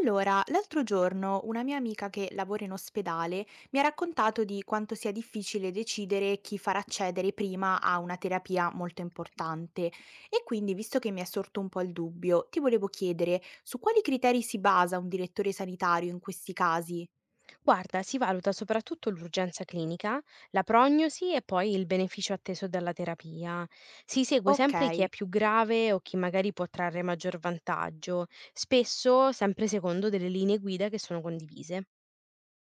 Allora, l'altro giorno una mia amica che lavora in ospedale mi ha raccontato di quanto sia difficile decidere chi far accedere prima a una terapia molto importante e quindi, visto che mi è sorto un po' il dubbio, ti volevo chiedere su quali criteri si basa un direttore sanitario in questi casi? Guarda, si valuta soprattutto l'urgenza clinica, la prognosi e poi il beneficio atteso dalla terapia. Si segue Ok, sempre chi è più grave o chi magari può trarre maggior vantaggio, spesso sempre secondo delle linee guida che sono condivise.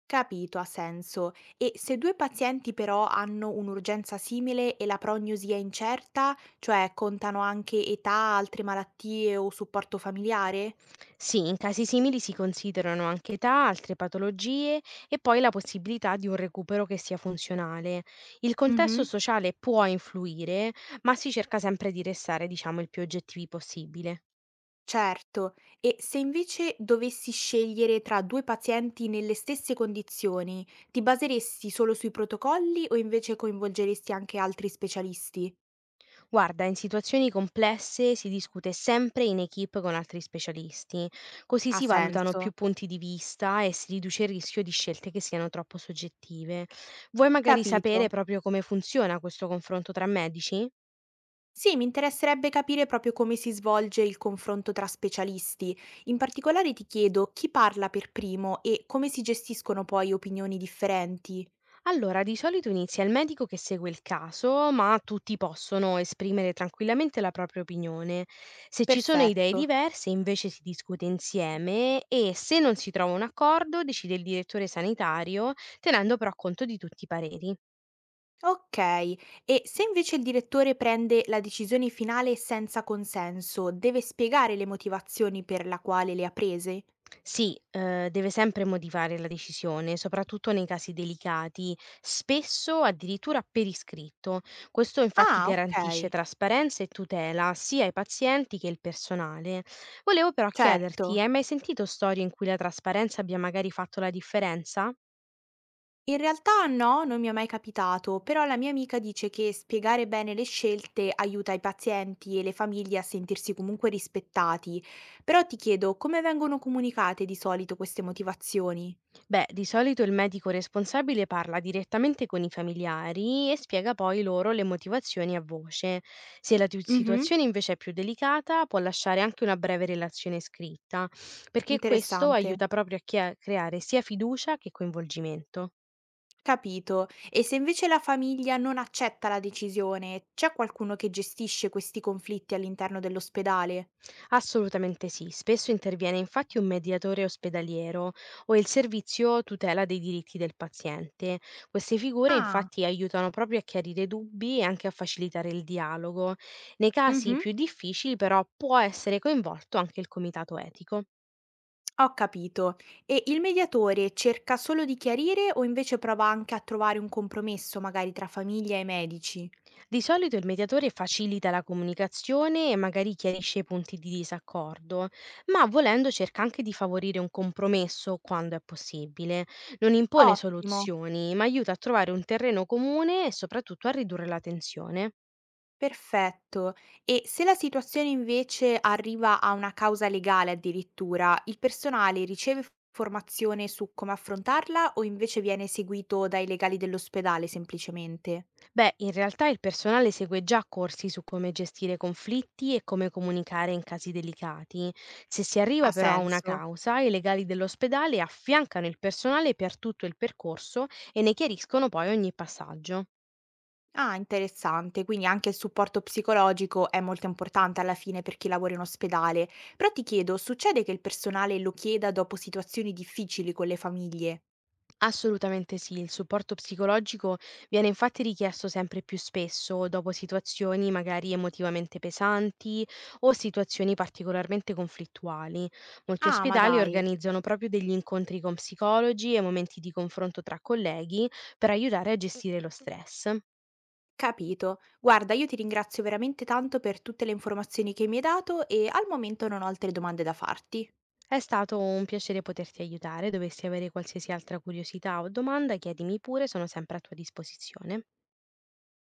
capito, ha senso. E se due pazienti però hanno un'urgenza simile e la prognosi è incerta, cioè contano anche età, altre malattie o supporto familiare? Sì, in casi simili si considerano anche età, altre patologie e poi la possibilità di un recupero che sia funzionale. Il contesto Mhm. sociale può influire, ma si cerca sempre di restare, diciamo, il più oggettivi possibile. Certo, e se invece dovessi scegliere tra due pazienti nelle stesse condizioni, ti baseresti solo sui protocolli o invece coinvolgeresti anche altri specialisti? Guarda, in situazioni complesse si discute sempre in equip con altri specialisti, così Ha si valutano senso. più punti di vista e si riduce il rischio di scelte che siano troppo soggettive. Vuoi magari sapere Capito. proprio come funziona questo confronto tra medici? Sì, mi interesserebbe capire proprio come si svolge il confronto tra specialisti. In particolare ti chiedo chi parla per primo e come si gestiscono poi opinioni differenti. Allora, di solito inizia il medico che segue il caso, ma tutti possono esprimere tranquillamente la propria opinione. Se ci sono idee Perfetto. diverse, invece si discute insieme e se non si trova un accordo, decide il direttore sanitario, tenendo però conto di tutti i pareri. Okay, e se invece il direttore prende la decisione finale senza consenso, deve spiegare le motivazioni per la quale le ha prese? Sì, deve sempre motivare la decisione, soprattutto nei casi delicati, spesso addirittura per iscritto. Questo infatti Ah, garantisce okay, trasparenza e tutela sia ai pazienti che il personale. Volevo però chiederti, hai certo. mai sentito storie in cui la trasparenza abbia magari fatto la differenza? In realtà no, non mi è mai capitato, però la mia amica dice che spiegare bene le scelte aiuta i pazienti e le famiglie a sentirsi comunque rispettati. Però ti chiedo, come vengono comunicate di solito queste motivazioni? Beh, di solito il medico responsabile parla direttamente con i familiari e spiega poi loro le motivazioni a voce. Se Mhm, situazione invece è più delicata, può lasciare anche una breve relazione scritta, perché questo interessante. aiuta proprio a creare sia fiducia che coinvolgimento. Capito. E se invece la famiglia non accetta la decisione, c'è qualcuno che gestisce questi conflitti all'interno dell'ospedale? Assolutamente sì, spesso interviene infatti un mediatore ospedaliero o il servizio tutela dei diritti del paziente. Queste figure Ah, infatti aiutano proprio a chiarire dubbi e anche a facilitare il dialogo. Nei casi mhm, più difficili però può essere coinvolto anche il comitato etico. ho capito. E il mediatore cerca solo di chiarire o invece prova anche a trovare un compromesso, magari tra famiglia e medici? Di solito il mediatore facilita la comunicazione e magari chiarisce i punti di disaccordo, ma volendo cerca anche di favorire un compromesso quando è possibile. Non impone Ottimo. soluzioni, ma aiuta a trovare un terreno comune e soprattutto a ridurre la tensione. Perfetto. E se la situazione invece arriva a una causa legale addirittura, il personale riceve formazione su come affrontarla o invece viene seguito dai legali dell'ospedale semplicemente? Beh, in realtà il personale segue già corsi su come gestire conflitti e come comunicare in casi delicati. Se si arriva Ha però a una senso. causa, i legali dell'ospedale affiancano il personale per tutto il percorso e ne chiariscono poi ogni passaggio. Ah, interessante. Quindi anche il supporto psicologico è molto importante alla fine per chi lavora in ospedale. Però ti chiedo, succede che il personale lo chieda dopo situazioni difficili con le famiglie? Assolutamente sì, il supporto psicologico viene infatti richiesto sempre più spesso dopo situazioni magari emotivamente pesanti o situazioni particolarmente conflittuali. Molti Ah, ma ospedali dai. organizzano proprio degli incontri con psicologi e momenti di confronto tra colleghi per aiutare a gestire lo stress. Capito. Guarda, io ti ringrazio veramente tanto per tutte le informazioni che mi hai dato e al momento non ho altre domande da farti. È stato un piacere poterti aiutare, dovessi avere qualsiasi altra curiosità o domanda, chiedimi pure, sono sempre a tua disposizione.